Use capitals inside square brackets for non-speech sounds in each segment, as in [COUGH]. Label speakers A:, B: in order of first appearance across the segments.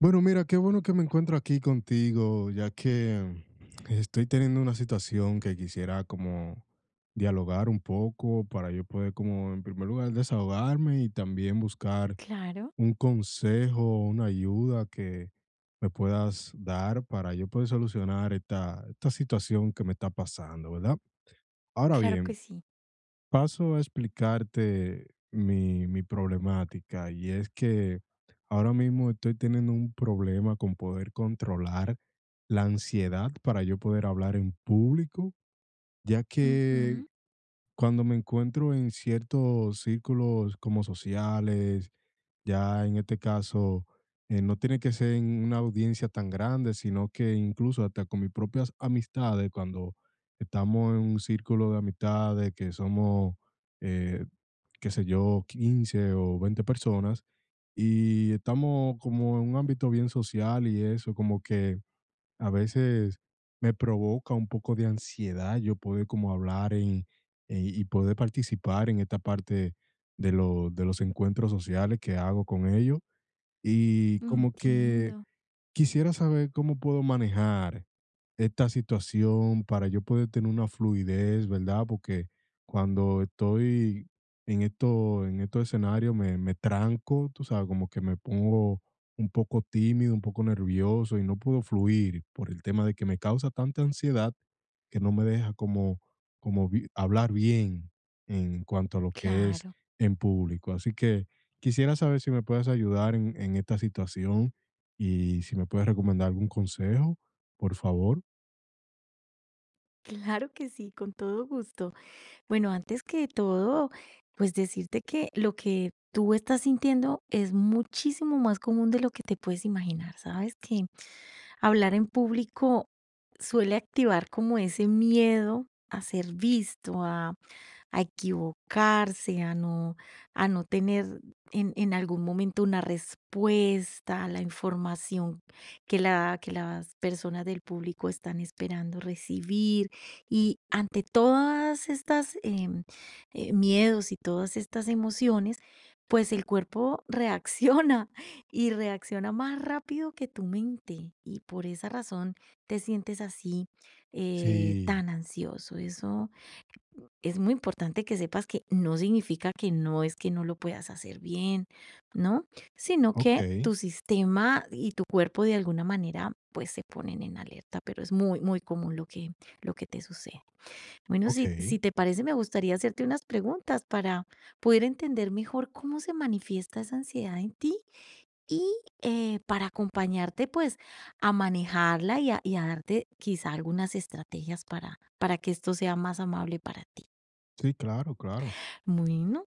A: Bueno, mira, qué bueno que me encuentro aquí contigo, ya que estoy teniendo una situación que quisiera como dialogar un poco para yo poder como en primer lugar desahogarme y también buscar
B: Claro,
A: un consejo, una ayuda que me puedas dar para yo poder solucionar esta situación que me está pasando, ¿verdad? Ahora
B: claro
A: bien,
B: que sí.
A: paso a explicarte mi problemática y es que ahora mismo estoy teniendo un problema con poder controlar la ansiedad para yo poder hablar en público, ya
B: Ujú,
A: que cuando me encuentro en ciertos círculos como sociales, ya en este caso, no tiene que ser en una audiencia tan grande, sino que incluso hasta con mis propias amistades, cuando estamos en un círculo de amistades que somos, eh, qué sé yo, 15 o 20 personas, y estamos como en un ámbito bien social y eso, como que a veces me provoca un poco de ansiedad yo poder como hablar y poder participar en esta parte de, de los encuentros sociales que hago con ellos. Y como que
B: entiendo.
A: quisiera saber cómo puedo manejar esta situación para yo poder tener una fluidez, ¿verdad? Porque cuando estoy en esto, en estos escenarios me tranco, tú sabes, como que me pongo un poco tímido, un poco nervioso y no puedo fluir por el tema de que me causa tanta ansiedad que no me deja como, hablar bien en cuanto a lo que es
B: Claro,
A: en público. Así que quisiera saber si me puedes ayudar en esta situación. Y si me puedes recomendar algún consejo, por favor.
B: claro que sí, con todo gusto. Bueno, antes que todo, pues decirte que lo que tú estás sintiendo es muchísimo más común de lo que te puedes imaginar, ¿sabes? Que hablar en público suele activar como ese miedo a ser visto, a equivocarse, a no tener en algún momento una respuesta a la información que las personas del público están esperando recibir y ante todas estas miedos y todas estas emociones, pues el cuerpo reacciona [LAUGHS] y reacciona más rápido que tu mente. Y por esa razón te sientes así
A: Sí,
B: tan ansioso. Eso es muy importante que sepas que no significa que no es que no lo puedas hacer bien, ¿no? Sino que
A: okey,
B: tu sistema y tu cuerpo de alguna manera pues se ponen en alerta, pero es muy, muy común lo que te sucede. Bueno, si,
A: okey.
B: si te parece, me gustaría hacerte unas preguntas para poder entender mejor cómo se manifiesta esa ansiedad en ti y para acompañarte pues a manejarla y a darte quizá algunas estrategias para que esto sea más amable para ti.
A: Sí, claro, claro.
B: Bueno,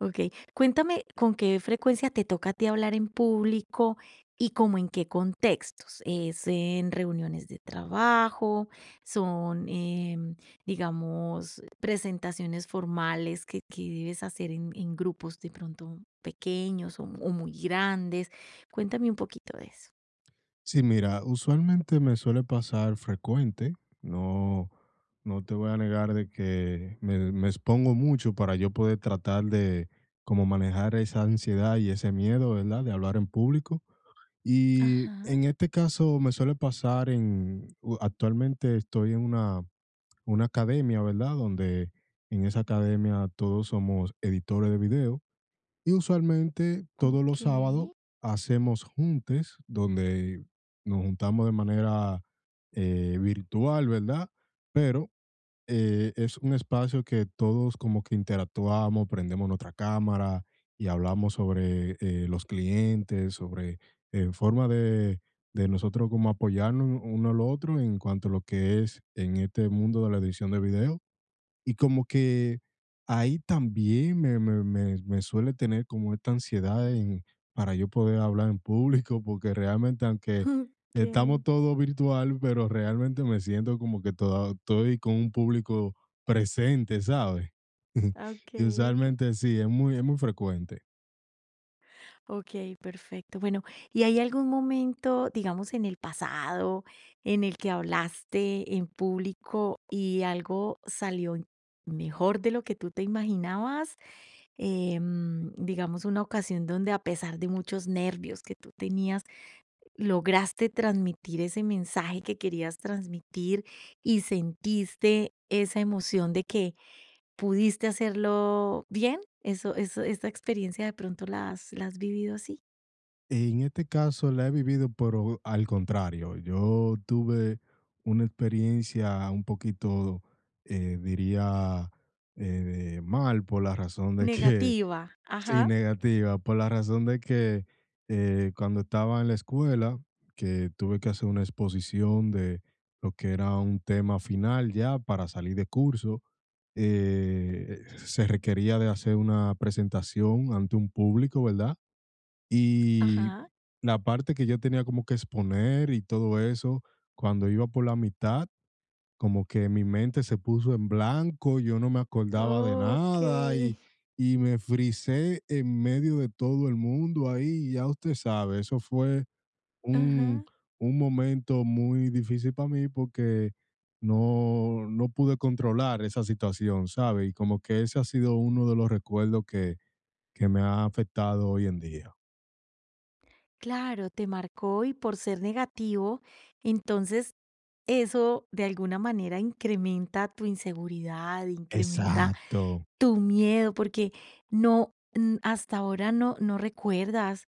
B: okey. Cuéntame con qué frecuencia te toca a ti hablar en público y como en qué contextos. ¿Es en reuniones de trabajo? ¿Son, digamos, presentaciones formales que debes hacer en grupos de pronto pequeños o muy grandes? Cuéntame un poquito de eso.
A: Sí, mira, usualmente me suele pasar frecuente, no no te voy a negar de que me expongo mucho para yo poder tratar de como manejar esa ansiedad y ese miedo, ¿verdad?, de hablar en público. Y
B: Ajá,
A: en este caso me suele pasar en u actualmente estoy en una academia, ¿verdad? Donde en esa academia todos somos editores de video y usualmente todos los sábados
B: okey.
A: hacemos juntes donde nos juntamos de manera virtual, ¿verdad? Pero es un espacio que todos como que interactuamos, prendemos nuestra cámara y hablamos sobre los clientes, sobre forma de nosotros como apoyarnos uno al otro en cuanto a lo que es en este mundo de la edición de video. Y como que ahí también me suele tener como esta ansiedad en para yo poder hablar en público, porque realmente, aunque
B: Okey,
A: estamos todo virtual, pero realmente me siento como que toda estoy con un público presente, ¿sabes? [LAUGHS]
B: ah,
A: Y
B: okey. [LAUGHS]
A: usualmente sí, es muy frecuente.
B: Ok, perfecto. Bueno, ¿y hay algún momento, digamos, en el pasado en el que hablaste en público y algo salió mejor de lo que tú te imaginabas? Digamos, una ocasión donde a pesar de muchos nervios que tú tenías, lograste transmitir ese mensaje que querías transmitir y sentiste esa emoción de que pudiste hacerlo bien. Esta experiencia de pronto la has vivido así.
A: En este caso la he vivido, pero al contrario, yo tuve una experiencia un poquito, diría, mal por la razón de que
B: Negativa. Ajá,
A: sí, negativa, por la razón de que, cuando estaba en la escuela, que tuve que hacer una exposición de lo que era un tema final ya para salir de curso, se requería de hacer una presentación ante un público, ¿verdad? Y
B: ajá.
A: la parte que yo tenía como que exponer y todo eso, cuando iba por la mitad, como que mi mente se puso en blanco, yo no me acordaba de nada y,
B: Okey.
A: y me frisé en medio de todo el mundo ahí, ya usted sabe, eso fue
B: Ajá.
A: un, un momento muy difícil para mí porque no, no pude controlar esa situación, ¿sabe? Y como que ese ha sido uno de los recuerdos que me ha afectado hoy en día.
B: Claro, te marcó y por ser negativo, entonces eso de alguna manera incrementa tu inseguridad, incrementa
A: Exacto.
B: tu miedo, porque no, mm, hasta ahora no recuerdas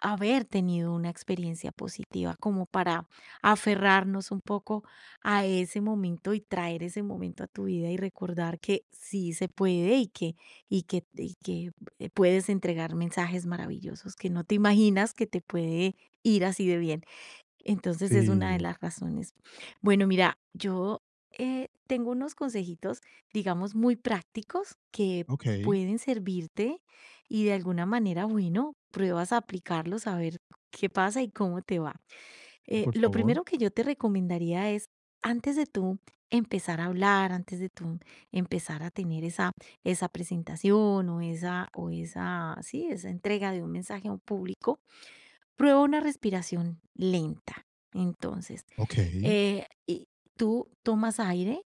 B: haber tenido una experiencia positiva, como para aferrarnos un poco a ese momento y traer ese momento a tu vida y recordar que sí se puede y que puedes entregar mensajes maravillosos que no te imaginas que te puede ir así de bien. Entonces es una de
A: Sí.
B: las razones. Bueno, mira, yo tengo unos consejitos, digamos, muy prácticos que
A: Okey.
B: pueden servirte y de alguna manera, bueno, pruebas a aplicarlos a ver qué pasa y cómo te va.
A: Sí, por
B: Lo
A: favor.
B: primero que yo te recomendaría es, antes de tú empezar a hablar, antes de tú empezar a tener esa presentación o esa, sí, esa entrega de un mensaje a un público, prueba una respiración lenta. Entonces,
A: Okey,
B: eh, y tú tomas aire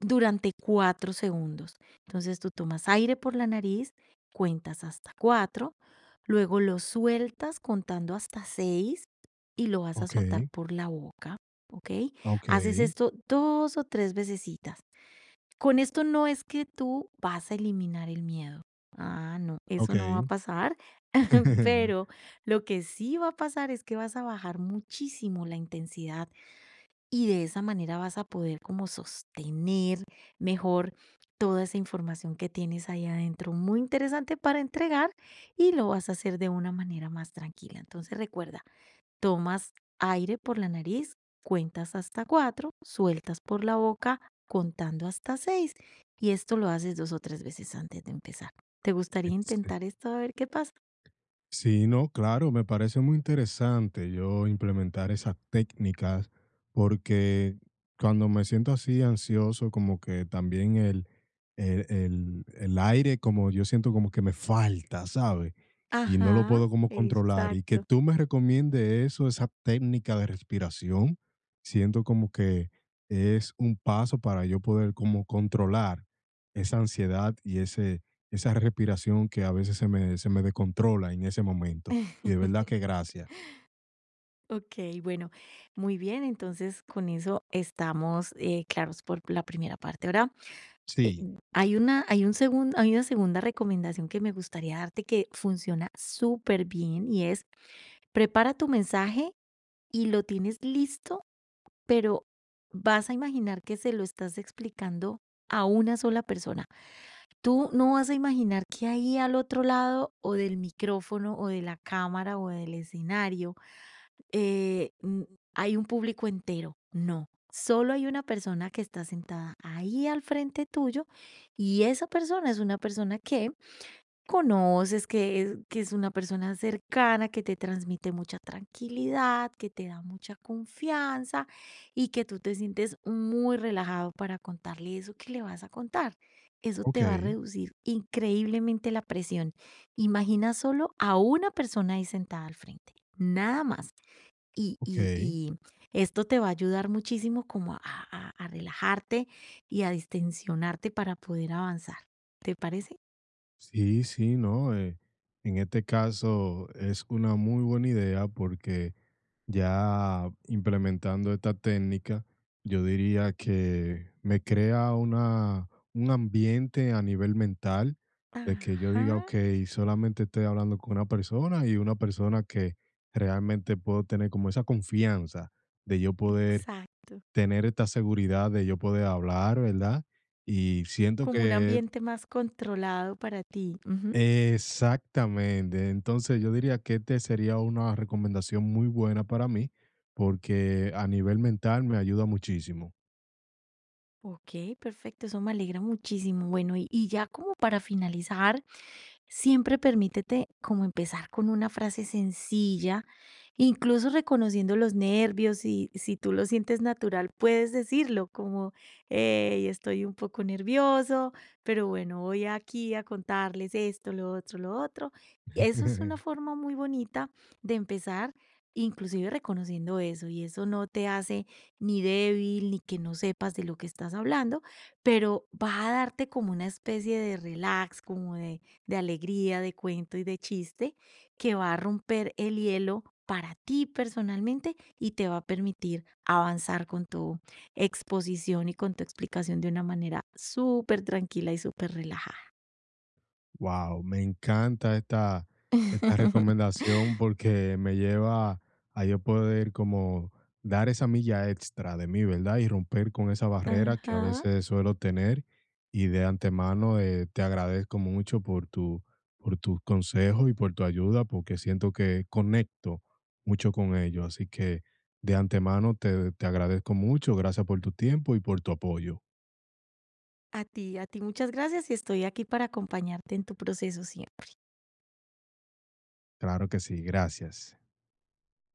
B: durante 4 segundos. Entonces, tú tomas aire por la nariz, cuentas hasta 4, luego lo sueltas contando hasta 6 y lo vas a soltar
A: okey,
B: por la boca, ¿ok? Haces
A: okey,
B: esto 2 o 3 vecesitas. Con esto no es que tú vas a eliminar el miedo. Ah, no, eso no va a
A: okey.
B: pasar. [LAUGHS]
A: [LAUGHS]
B: Pero lo que sí va a pasar es que vas a bajar muchísimo la intensidad y de esa manera vas a poder como sostener mejor toda esa información que tienes ahí adentro, muy interesante para entregar y lo vas a hacer de una manera más tranquila. Entonces recuerda, tomas aire por la nariz, cuentas hasta cuatro, sueltas por la boca contando hasta seis y esto lo haces dos o tres veces antes de empezar. ¿Te gustaría
A: Ex
B: intentar esto a ver qué pasa?
A: sí, no, claro, me parece muy interesante yo implementar esas técnicas porque cuando me siento así ansioso, como que también el, el aire, como yo siento como que me falta, ¿sabes? Y no lo
B: Ajá,
A: puedo como controlar. Y que
B: exacto.
A: tú me recomiendes eso, esa técnica de respiración, siento como que es un paso para yo poder como controlar esa ansiedad y ese, esa respiración que a veces se me descontrola en ese momento. Y
B: [LAUGHS]
A: de verdad que gracias.
B: Okey, bueno, muy bien, entonces con eso estamos, claros por la primera parte. Ahora, eh,
A: Sí,
B: hay una segunda recomendación que me gustaría darte que funciona súper bien y es, prepara tu mensaje y lo tienes listo, pero vas a imaginar que se lo estás explicando a una sola persona. Tú no vas a imaginar que ahí al otro lado o del micrófono o de la cámara o del escenario eh, mm, hay un público entero. No, solo hay una persona que está sentada ahí al frente tuyo y esa persona es una persona que conoces, que es una persona cercana, que te transmite mucha tranquilidad, que te da mucha confianza y que tú te sientes muy relajado para contarle eso que le vas a contar. Eso te va a
A: ok,
B: reducir increíblemente la presión. Imagina solo a una persona ahí sentada al frente, nada más. Y, y,
A: ok.
B: y Esto te va a ayudar muchísimo como a relajarte y a distensionarte para poder avanzar. ¿Te parece?
A: Sí, sí, no. En este caso es una muy buena idea porque ya implementando esta técnica, yo diría que me crea una, un ambiente a nivel mental de que yo
B: Ajá,
A: diga, ok, solamente estoy hablando con una persona y una persona que realmente puedo tener como esa confianza de yo poder
B: exacto.
A: tener esta seguridad de yo poder hablar, ¿verdad? Y siento
B: Como un
A: que
B: ambiente más controlado para ti. Ujú.
A: exactamente. Entonces, yo diría que este sería una recomendación muy buena para mí, porque a nivel mental me ayuda muchísimo.
B: Ok, perfecto, eso me alegra muchísimo. Bueno, ya como para finalizar, siempre permítete como empezar con una frase sencilla, incluso reconociendo los nervios y si tú lo sientes natural, puedes decirlo como, hey, estoy un poco nervioso, pero bueno, voy aquí a contarles esto, lo otro, lo otro. Eso es una
A: [LAUGHS]
B: forma muy bonita de empezar, inclusive reconociendo eso, y eso no te hace ni débil ni que no sepas de lo que estás hablando, pero va a darte como una especie de relax, como de alegría, de cuento y de chiste que va a romper el hielo para ti personalmente y te va a permitir avanzar con tu exposición y con tu explicación de una manera súper tranquila y súper relajada.
A: Wow, me encanta esta, esta
B: [LAUGHS]
A: recomendación porque me lleva a yo poder como dar esa milla extra de mí, ¿verdad? Y romper con esa barrera que a
B: Ajá.
A: veces suelo tener. Y de antemano te agradezco mucho por tu, por tus consejos y por tu ayuda porque siento que conecto mucho con ello. Así que de antemano te, te agradezco mucho. Gracias por tu tiempo y por tu apoyo.
B: A ti muchas gracias y estoy aquí para acompañarte en tu proceso siempre.
A: Claro que sí, gracias.